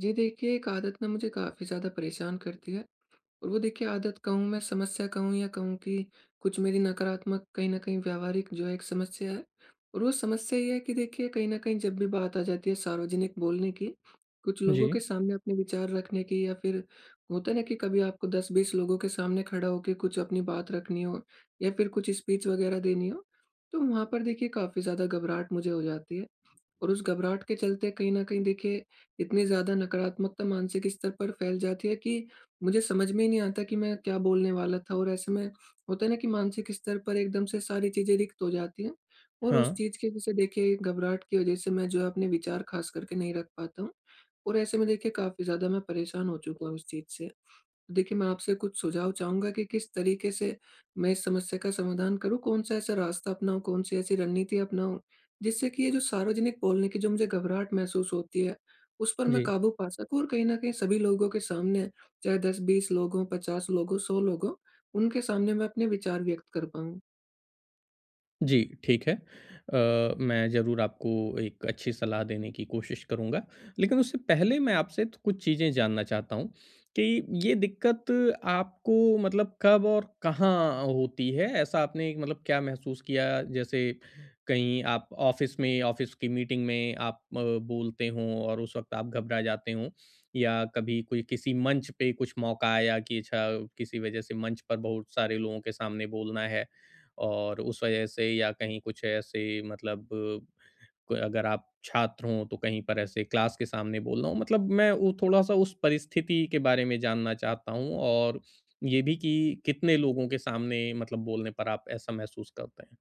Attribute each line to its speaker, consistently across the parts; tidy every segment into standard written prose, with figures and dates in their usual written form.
Speaker 1: जी देखिए, एक आदत ना मुझे काफ़ी ज़्यादा परेशान करती है। और वो देखिए आदत कहूँ मैं, समस्या कहूँ या कहूँ कि कुछ मेरी नकारात्मक कहीं न कहीं व्यावहारिक जो है एक समस्या है। और वो समस्या ये है कि देखिए कहीं न कहीं जब भी बात आ जाती है सार्वजनिक बोलने की, कुछ लोगों
Speaker 2: जी,
Speaker 1: के सामने अपने विचार रखने की या फिर होता है ना कि कभी आपको 10-20 लोगों के सामने खड़ा होके कुछ अपनी बात रखनी हो या फिर कुछ स्पीच वग़ैरह देनी हो, तो वहाँ पर देखिए काफ़ी ज़्यादा घबराहट मुझे हो जाती है। और उस घबराहट के चलते कहीं न कहीं देखिए इतनी ज़्यादा नकारात्मकता मानसिक स्तर पर फैल जाती है कि मुझे समझ में ही नहीं आता कि मैं क्या बोलने वाला था, और ऐसे में होता है ना कि मानसिक स्तर पर एकदम से सारी चीज़ें रिक्त हो जाती हैं। और
Speaker 2: हाँ,
Speaker 1: उस चीज़ की वजह से देखिए, घबराहट की वजह से मैं जो है अपने विचार ख़ास करके नहीं रख पाता हूँ, और ऐसे में देखिए काफ़ी ज़्यादा मैं परेशान हो चुका हूँ इस चीज़ से। तो देखिए, मैं आपसे कुछ सुझाव चाहूँगा कि किस तरीके से मैं इस समस्या का समाधान करूँ, कौन-सा ऐसा रास्ता अपनाऊँ, कौन-सी ऐसी रणनीति अपनाऊँ, जिससे कि ये जो सार्वजनिक बोलने की जो मुझे घबराहट महसूस होती है, उस पर मैं
Speaker 2: जी,
Speaker 1: काबू पा सकूँ और कहीं न कहीं सभी लोगों के सामने, चाहे 10-20 लोग हों, 50 लोग हों, 100 लोग हों, उनके सामने मैं अपने विचार व्यक्त कर पाऊँ।
Speaker 2: जी, ठीक है। मैं ज़रूर आपको एक अच्छी सलाह देने की कोशिश करूँगा, लेकिन उससे पहले मैं आपसे तो कुछ चीज़ें जानना चाहता हूँ कि ये दिक्कत आपको मतलब कब और कहाँ होती है? ऐसा आपने मतलब क्या महसूस किया? जैसे, कहीं आप ऑफ़िस की मीटिंग में आप बोलते हों और उस वक़्त आप घबरा जाते हों, या कभी कोई किसी मंच पे कुछ मौका आया कि अच्छा, किसी वज़ह से मंच पर बहुत सारे लोगों के सामने बोलना है और उस वजह से, या कहीं कुछ ऐसे मतलब कोई, अगर आप छात्र हों तो कहीं पर ऐसे क्लास के सामने बोलना हो, मतलब मैं वो थोड़ा-सा उस परिस्थिति के बारे में जानना चाहता हूँ। और ये भी कि कितने लोगों के सामने मतलब बोलने पर आप ऐसा महसूस करते हैं?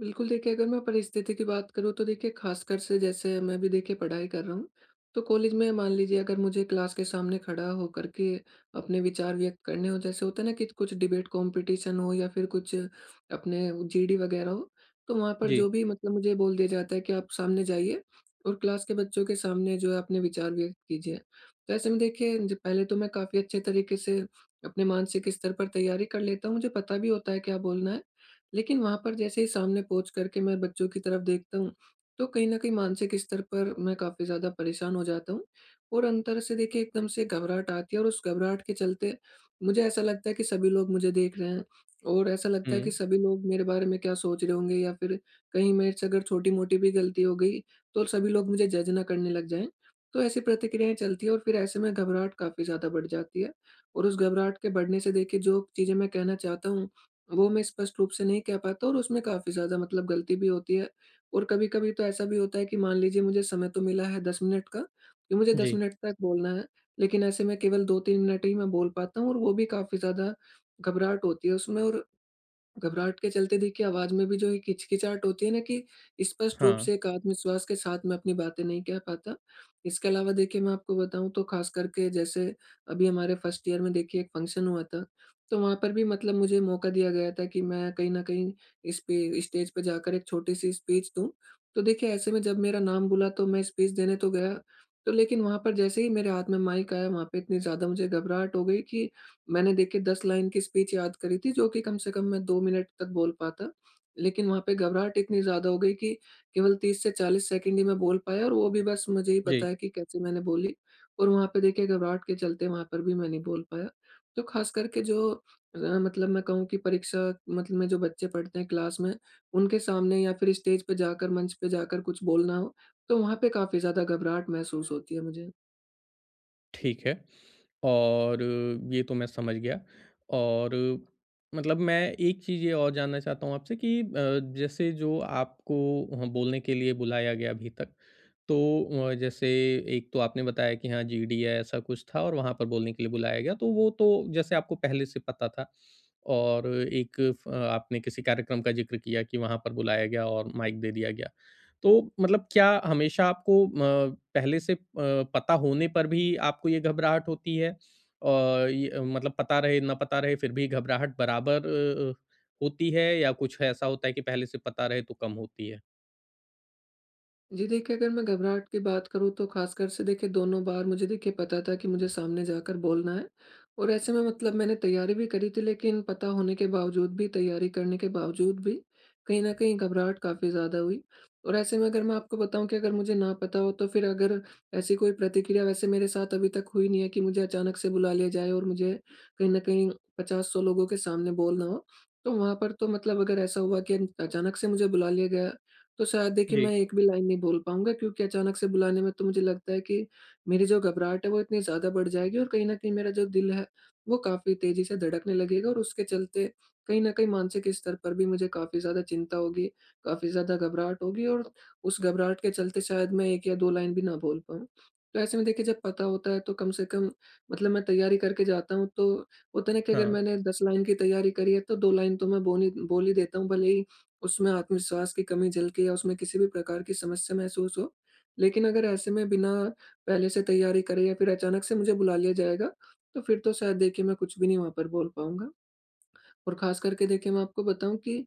Speaker 1: बिल्कुल, देखिए अगर मैं परिस्थिति की बात करूँ तो देखिए ख़ासकर से जैसे मैं भी देखिए पढ़ाई कर रहा हूँ, तो कॉलेज में मान लीजिए अगर मुझे क्लास के सामने खड़ा होकर के अपने विचार व्यक्त करने हो, जैसे होता है ना कि कुछ डिबेट कॉम्पिटिशन हो या फिर कुछ अपने जीडी वग़ैरह हो, तो वहाँ पर
Speaker 2: जी।
Speaker 1: जो भी मतलब मुझे बोल दिया जाता है कि आप सामने जाइए और क्लास के बच्चों के सामने जो है अपने विचार व्यक्त कीजिए। तो ऐसे में देखिए ज पहले तो मैं काफ़ी अच्छे तरीके से अपने मानसिक स्तर पर तैयारी कर लेता हूँ, मुझे पता भी होता है क्या बोलना है। लेकिन वहाँ पर जैसे ही सामने पहुँच कर के मैं बच्चों की तरफ देखता हूँ, तो कहीं न कहीं मानसिक स्तर पर मैं काफ़ी ज़्यादा परेशान हो जाता हूँ और अंदर से देखिए एकदम से घबराहट आती है, और उस घबराहट के चलते मुझे ऐसा लगता है कि सभी लोग मुझे देख रहे हैं और ऐसा लगता है कि
Speaker 2: हुँ।
Speaker 1: सभी लोग मेरे बारे में क्या सोच रहे होंगे, या फिर कहीं मेरे से अगर छोटी-मोटी भी गलती हो गई, तो सभी लोग मुझे जज ना करने लग जाएँ। तो ऐसी प्रतिक्रियाएँ चलती हैं और फिर ऐसे में घबराहट काफ़ी ज़्यादा बढ़ जाती है, और उस घबराहट के बढ़ने से देखिए जो चीज़ें मैं कहना चाहता हूँ, वो मैं स्पष्ट रूप से नहीं कह पाता और उसमें काफ़ी ज़्यादा मतलब गलती भी होती है। और कभी-कभी तो ऐसा भी होता है कि मान लीजिए मुझे समय तो मिला है 10 मिनट का, कि मुझे
Speaker 2: जी।
Speaker 1: 10 मिनट तक बोलना है, लेकिन ऐसे में केवल 2-3 मिनट ही मैं बोल पाता हूँ और वो भी काफ़ी ज़्यादा घबराहट होती है उसमें, और घबराहट के चलते देखिए आवाज में भी जो एक हिचकिचाहट होती है ना कि स्पष्ट रूप
Speaker 2: हाँ।
Speaker 1: से एक आत्मविश्वास के साथ मैं अपनी बातें नहीं कह पाता। इसके अलावा देखिए मैं आपको बताऊँ, तो खास करके जैसे अभी हमारे फर्स्ट ईयर में देखिए एक फंक्शन हुआ था, तो वहाँ पर भी मतलब मुझे मौका दिया गया था कि मैं कहीं न कहीं इस पे स्टेज पे जाकर एक छोटी-सी स्पीच दूँ। तो देखिए ऐसे में जब मेरा नाम बुला तो मैं स्पीच देने तो गया, तो लेकिन वहाँ पर जैसे ही मेरे हाथ में माइक आया वहाँ पे इतनी ज़्यादा मुझे घबराहट हो गई कि मैंने देखिए 10 लाइन की स्पीच याद करी थी जो कि कम से कम मैं 2 मिनट तक बोल पाता। लेकिन वहाँ पे घबराहट इतनी ज़्यादा हो गई कि केवल 30 से 40 सेकंड ही मैं बोल पाया और वो भी बस मुझे ही पता
Speaker 2: जी।
Speaker 1: है कि कैसे मैंने बोली। और वहाँ पे देखिए घबराहट के चलते वहाँ पर भी मैं नहीं बोल पाया। तो ख़ास करके जो मतलब मैं कहूँ कि परीक्षा मतलब में जो बच्चे पढ़ते हैं क्लास में, उनके सामने या फिर स्टेज पे जाकर मंच पे जाकर कुछ बोलना हो, तो वहाँ पे काफ़ी ज़्यादा घबराहट महसूस होती है मुझे।
Speaker 2: ठीक है। और ये तो मैं समझ गया। और मतलब मैं एक चीज़ ये और जानना चाहता हूँ आपसे कि जैसे जो आपको वहाँ बोलने के लिए बुलाया गया अभी तक, तो जैसे, एक तो आपने बताया कि हाँ, जीडी या ऐसा कुछ था और वहाँ पर बोलने के लिए बुलाया गया, तो वो तो जैसे आपको पहले से पता था। और एक, फ आपने किसी कार्यक्रम का ज़िक्र किया कि वहाँ पर बुलाया गया और माइक दे दिया गया। तो मतलब क्या हमेशा आपको पहले से पता होने पर भी आपको ये घबराहट होती है? और ये मतलब पता रहे, ना पता रहे, फिर भी घबराहट बराबर होती है, या कुछ ऐसा होता है कि पहले से पता रहे तो कम होती है?
Speaker 1: जी देखिए, अगर मैं घबराहट की बात करूँ तो ख़ासकर से देखिए दोनों बार मुझे देखिए पता था कि मुझे सामने जाकर बोलना है, और ऐसे में मतलब मैंने तैयारी भी करी थी, लेकिन पता होने के बावजूद भी, तैयारी करने के बावजूद भी, कहीं न कहीं घबराहट काफ़ी ज़्यादा हुई। और ऐसे में अगर मैं आपको बताऊँ कि अगर मुझे ना पता हो तो फिर, अगर ऐसी कोई प्रतिक्रिया वैसे मेरे साथ अभी तक हुई नहीं है कि मुझे अचानक से बुला लिया जाए और मुझे कहीं न कहीं 50-100 लोगों के सामने बोलना हो। तो वहाँ पर तो मतलब अगर ऐसा हुआ कि अचानक से मुझे बुला लिया गया, तो शायद देखिए मैं
Speaker 2: जी।
Speaker 1: एक भी लाइन नहीं बोल पाऊँगा, क्योंकि अचानक से बुलाने में तो मुझे लगता है कि मेरी जो घबराहट है वो इतनी ज़्यादा बढ़ जाएगी और कहीं न कहीं मेरा जो दिल है, वो काफ़ी तेज़ी से धड़कने लगेगा और उसके चलते कहीं न कहीं मानसिक स्तर पर भी मुझे काफ़ी ज़्यादा चिंता होगी, काफ़ी ज़्यादा घबराहट होगी, और उस घबराहट के चलते शायद मैं 1 या 2 लाइन भी ना बोल पाऊँ। तो ऐसे में देखिए जब पता होता है, तो कम से कम मतलब मैं तैयारी करके जाता हूँ, तो होता है ना कि अगर
Speaker 2: हाँ।
Speaker 1: मैंने 10 लाइन की तैयारी करी है तो 2 लाइन तो मैं बोनी बोल ही देता हूँ, भले ही उसमें आत्मविश्वास की कमी झलके या उसमें किसी भी प्रकार की समस्या महसूस हो। लेकिन अगर ऐसे में बिना पहले से तैयारी करे या फिर अचानक से मुझे बुला लिया जाएगा, तो फिर तो शायद देखिए मैं कुछ भी नहीं वहाँ पर बोल पाऊँगा। और ख़ास करके देखिए मैं आपको बताऊँ कि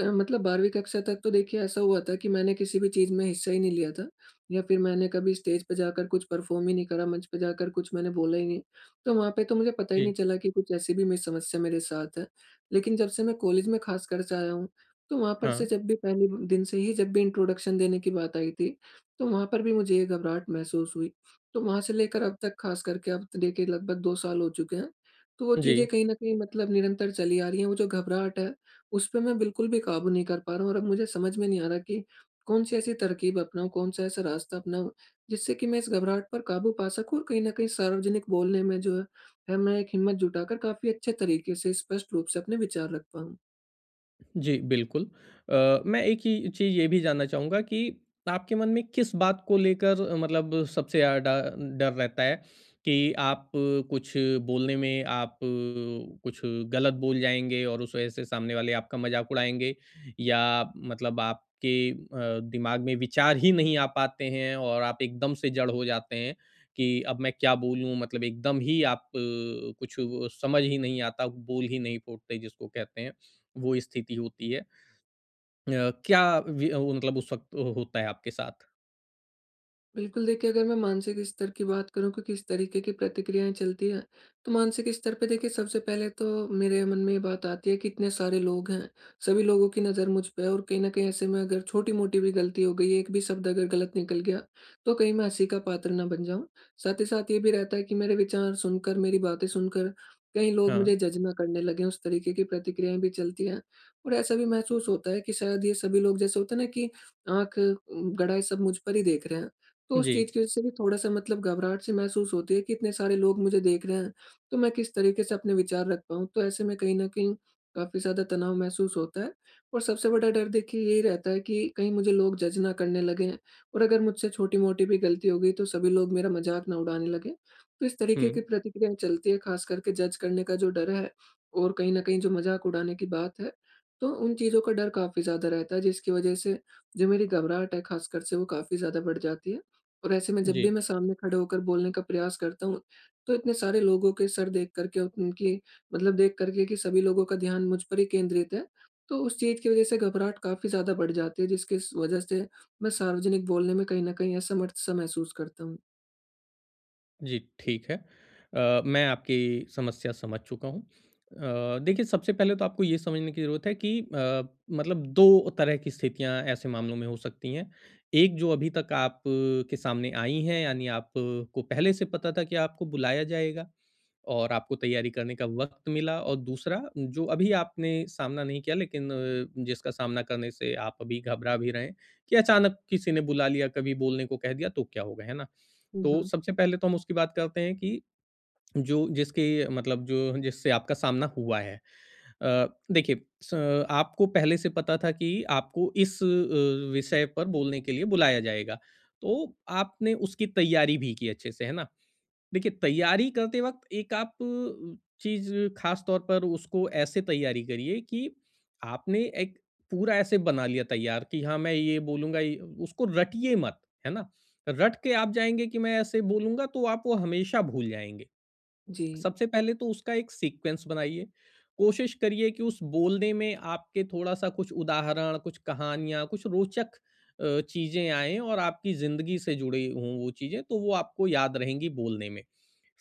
Speaker 1: मतलब 12वीं कक्षा तक तो देखिए ऐसा हुआ था कि मैंने किसी भी चीज़ में हिस्सा ही नहीं लिया था, या फिर मैंने कभी स्टेज पे जाकर कुछ परफ़ॉर्म ही नहीं करा, मंच पे जाकर कुछ मैंने बोला ही नहीं। तो वहाँ पे तो मुझे पता ही नहीं
Speaker 2: जी।
Speaker 1: चला कि कुछ ऐसी भी मे समस्या मेरे साथ है। लेकिन जब से मैं कॉलेज में ख़ासकर से आया हूँ, तो वहाँ पर से
Speaker 2: हाँ।
Speaker 1: जब भी पहले दिन से ही जब भी इंट्रोडक्शन देने की बात आई थी, तो वहाँ पर भी मुझे ये घबराहट महसूस हुई। तो वहाँ से लेकर अब तक ख़ास करके अब तो देखिए लगभग 2 साल हो चुके हैं। तो वो
Speaker 2: जी।
Speaker 1: चीज़ें कहीं न कहीं मतलब निरंतर चली आ रही हैं, वो जो घबराहट है, उसपे मैं बिल्कुल भी काबू नहीं कर पा रहा हूँ, और अब मुझे समझ में नहीं आ रहा कि कौन-सी ऐसी तरकीब अपनाऊँ, कौन-सा ऐसा रास्ता अपनाऊँ, जिससे कि मैं इस घबराहट पर काबू पा सकूँ और कहीं न कहीं सार्वजनिक बोलने में जो है, मैं एक हिम्मत जुटाकर काफ़ी अच्छे तरीके से स्पष्ट रूप से अपने विचार रख पाऊँ।
Speaker 2: जी, बिल्कुल। मैं एक ही चीज़ ये भी जानना चाहूँगा कि आपके मन में किस बात को लेकर मतलब सबसे ज़्यादा डा डर रहता है, कि आप कुछ बोलने में आप कुछ गलत बोल जाएँगे और उस वज़ह से सामने वाले आपका मज़ाक उड़ाएँगे, या मतलब आपके दिमाग में विचार ही नहीं आ पाते हैं और आप एकदम से जड़ हो जाते हैं कि अब मैं क्या बोलूँ? मतलब एकदम ही आप कुछ वो समझ ही नहीं आता, बोल ही नहीं फूटते जिसको कहते हैं। वो स्थिति होती है। वो मतलब उस वक़्त होता है आपके साथ?
Speaker 1: बिल्कुल, देखिए अगर मैं मानसिक स्तर की बात करूँ कि किस तरीके की प्रतिक्रियाएँ चलती हैं, तो मानसिक स्तर पे देखिए सबसे पहले तो मेरे मन में ये बात आती है कि इतने सारे लोग हैं, सभी लोगों की नज़र मुझ पे है, और कहीं न कहीं ऐसे में अगर छोटी-मोटी भी गलती हो गई, एक भी शब्द अगर गलत निकल गया, तो कहीं मैं हँसी का पात्र ना बन जाऊँ। साथ ही साथ ये भी रहता है कि मेरे विचार सुनकर, मेरी बातें सुनकर कहीं लोग मुझे
Speaker 2: हाँ।
Speaker 1: जज ना करने लगें, उस तरीके की प्रतिक्रियाएँ भी चलती हैं। और ऐसा भी महसूस होता है कि शायद ये सभी लोग, जैसे होता है ना कि आँख गड़ाए सब मुझ पर ही देख रहे हैं। तो उस
Speaker 2: जी।
Speaker 1: चीज़ की वज़ह से भी थोड़ा-सा मतलब घबराहट सी महसूस होती है कि इतने सारे लोग मुझे देख रहे हैं, तो मैं किस तरीके से अपने विचार रख पाऊँ। तो ऐसे में कहीं न कहीं काफ़ी ज़्यादा तनाव महसूस होता है, और सबसे बड़ा डर देखिए यही रहता है कि कहीं मुझे लोग जज ना करने लगें, और अगर मुझसे छोटी-मोटी भी गलती हो गई तो सभी लोग मेरा मज़ाक ना उड़ाने लगें। तो इस तरीके
Speaker 2: हुँ।
Speaker 1: की प्रतिक्रियाएँ चलती है, ख़ास करके जज करने का जो डर है और कहीं न कहीं जो मज़ाक उड़ाने की बात है, तो उन चीज़ों का डर काफ़ी ज़्यादा रहता है, जिसकी वज़ह से जो मेरी घबराहट है ख़ासकर से वो काफ़ी ज़्यादा बढ़ जाती है। और ऐसे में जब
Speaker 2: जी।
Speaker 1: भी मैं सामने खड़े होकर बोलने का प्रयास करता हूँ, तो इतने सारे लोगों के सर देख कर के उनकी मतलब देख कर के कि सभी लोगों का ध्यान मुझ पर ही केंद्रित है, तो उस चीज़ की वज़ह से घबराहट काफ़ी ज़्यादा बढ़ जाती है, जिसकी स वज़ह से मैं सार्वजनिक बोलने में कहीं न कहीं असमर्थ सा महसूस करता हूँ।
Speaker 2: जी, ठीक है। मैं आपकी समस्या समझ चुका हूँ। देखिए, सबसे पहले तो आपको ये समझने की ज़रूरत है कि मतलब 2 तरह की स्थितियाँ ऐसे मामलों में हो सकती हैं। एक, जो अभी तक आप के सामने आई हैं, यानी आपको पहले से पता था कि आपको बुलाया जाएगा और आपको तैयारी करने का वक़्त मिला; और दूसरा, जो अभी आपने सामना नहीं किया, लेकिन जिसका सामना करने से आप अभी घबरा भी रहे हैं कि अचानक किसी ने बुला लिया, कभी बोलने को कह दिया तो क्या होगा, है ना?
Speaker 1: हुँ,
Speaker 2: तो
Speaker 1: हुँ।
Speaker 2: सबसे पहले तो हम उसकी बात करते हैं कि जो जिसके मतलब जो जिससे आपका सामना हुआ है। देखिए, स आपको पहले से पता था कि आपको इस विषय पर बोलने के लिए बुलाया जाएगा, तो आपने उसकी तैयारी भी की अच्छे से, है ना? देखिए, तैयारी करते वक़्त एक आप चीज़ ख़ास तौर पर उसको ऐसे तैयारी करिए कि आपने एक पूरा ऐसे बना लिया तैयार, कि हाँ, मैं ये बोलूँगा ये, उसको रटिए मत, है ना? रट के आप जाएँगे कि मैं ऐसे बोलूँगा, तो आप वो हमेशा भूल जाएँगे।
Speaker 1: जी।
Speaker 2: सबसे पहले तो उसका एक सीक्वेंस बनाइए। कोशिश करिए कि उस बोलने में आपके थोड़ा-सा कुछ उदाहरण, कुछ कहानियाँ, कुछ रोचक चीज़ें आएँ, और आपकी ज़िंदगी से जुड़ी हों वो चीज़ें, तो वो आपको याद रहेंगी बोलने में।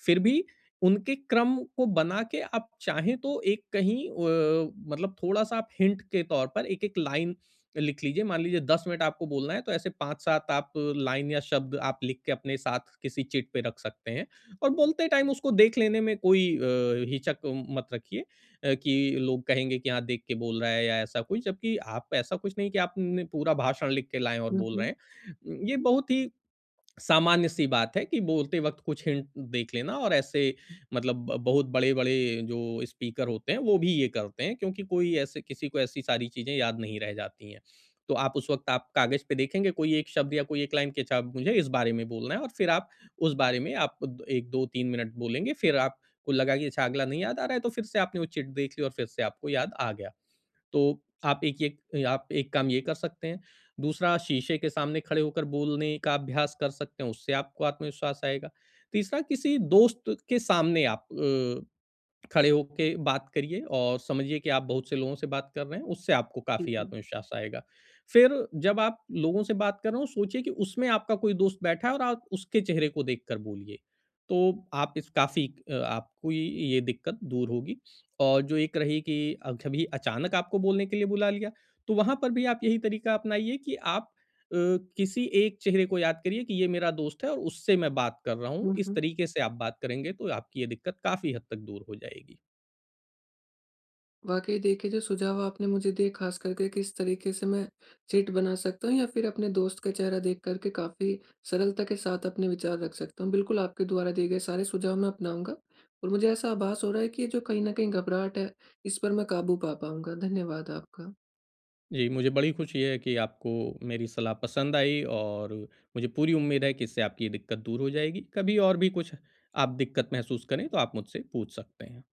Speaker 2: फिर भी उनके क्रम को बना के आप चाहें तो एक कहीं मतलब थोड़ा-सा आप हिंट के तौर पर एक-एक लाइन लिख लीजिए। मान लीजिए 10 मिनट आपको बोलना है, तो ऐसे 5-7 आप लाइन या शब्द आप लिख के अपने साथ किसी चिट पे रख सकते हैं। और बोलते टाइम उसको देख लेने में कोई हिचक मत रखिए, कि लोग कहेंगे कि हाँ, देख के बोल रहा है, या ऐसा कुछ, जबकि आप ऐसा कुछ नहीं कि आपने पूरा भाषण लिख के लाएं और
Speaker 1: हुँ,
Speaker 2: बोल रहे
Speaker 1: हुँ।
Speaker 2: हैं। ये बहुत ही सामान्य सी बात है कि बोलते वक़्त कुछ हिंट देख लेना, और ऐसे मतलब ब बहुत बड़े-बड़े जो स्पीकर होते हैं, वो भी ये करते हैं, क्योंकि कोई ऐसे, किसी को ऐसी सारी चीज़ें याद नहीं रह जाती हैं। तो आप उस वक़्त आप कागज़ पे देखेंगे कोई एक शब्द या कोई एक लाइन, कि अच्छा, अब मुझे इस बारे में बोलना है, और फिर आप उस बारे में आप द 1, 2, 3 मिनट बोलेंगे, फिर आपको लगा कि अच्छा, अगला नहीं याद आ रहा है, तो फिर से आपने वो चिट देख ली और फिर से आपको याद आ गया। तो आप, एक काम ये कर सकते हैं। दूसरा, शीशे के सामने खड़े होकर बोलने का अभ्यास कर सकते हैं, उससे आपको आत्मविश्वास आएगा। तीसरा, किसी दोस्त के सामने आप खड़े होके बात करिए और समझिए कि आप बहुत से लोगों से बात कर रहे हैं, उससे आपको काफ़ी आत्मविश्वास आएगा। फिर, जब आप लोगों से बात कर रहे हो, सोचिए कि उसमें आपका कोई दोस्त बैठा है और आप उसके चेहरे को देखकर बोलिए। तो आप इस काफ़ी अ, आपको ये दिक्कत दूर होगी। और जो एक रही कि कभी अचानक आपको बोलने के लिए बुला लिया, तो वहाँ पर भी आप यही तरीका अपनाइए कि आप अ, किसी एक चेहरे को याद करिए कि ये मेरा दोस्त है और उससे मैं बात कर रहा हूँ। इस
Speaker 1: जी।
Speaker 2: तरीके से आप बात करेंगे, तो आपकी ये दिक्कत काफ़ी हद तक दूर हो जाएगी।
Speaker 1: वाक़ई देखिए, जो सुझाव आपने मुझे दिए ख़ास करके किस तरीके से मैं चिट बना सकता हूँ या फिर अपने दोस्त का चेहरा देख कर के काफ़ी सरलता के साथ अपने विचार रख सकता हूँ। बिल्कुल, आपके द्वारा दिए गए सारे सुझाव मैं अपनाऊँगा और मुझे ऐसा आभास हो रहा है कि ये जो कहीं न कहीं घबराहट है, इस पर मैं काबू पा पाऊँगा। धन्यवाद आपका।
Speaker 2: जी, मुझे बड़ी खुशी है कि आपको मेरी सलाह पसंद आई, और मुझे पूरी उम्मीद है कि इससे आपकी ये दिक्कत दूर हो जाएगी। कभी और भी कुछ आप दिक्कत महसूस करें, तो आप मुझसे पूछ सकते हैं।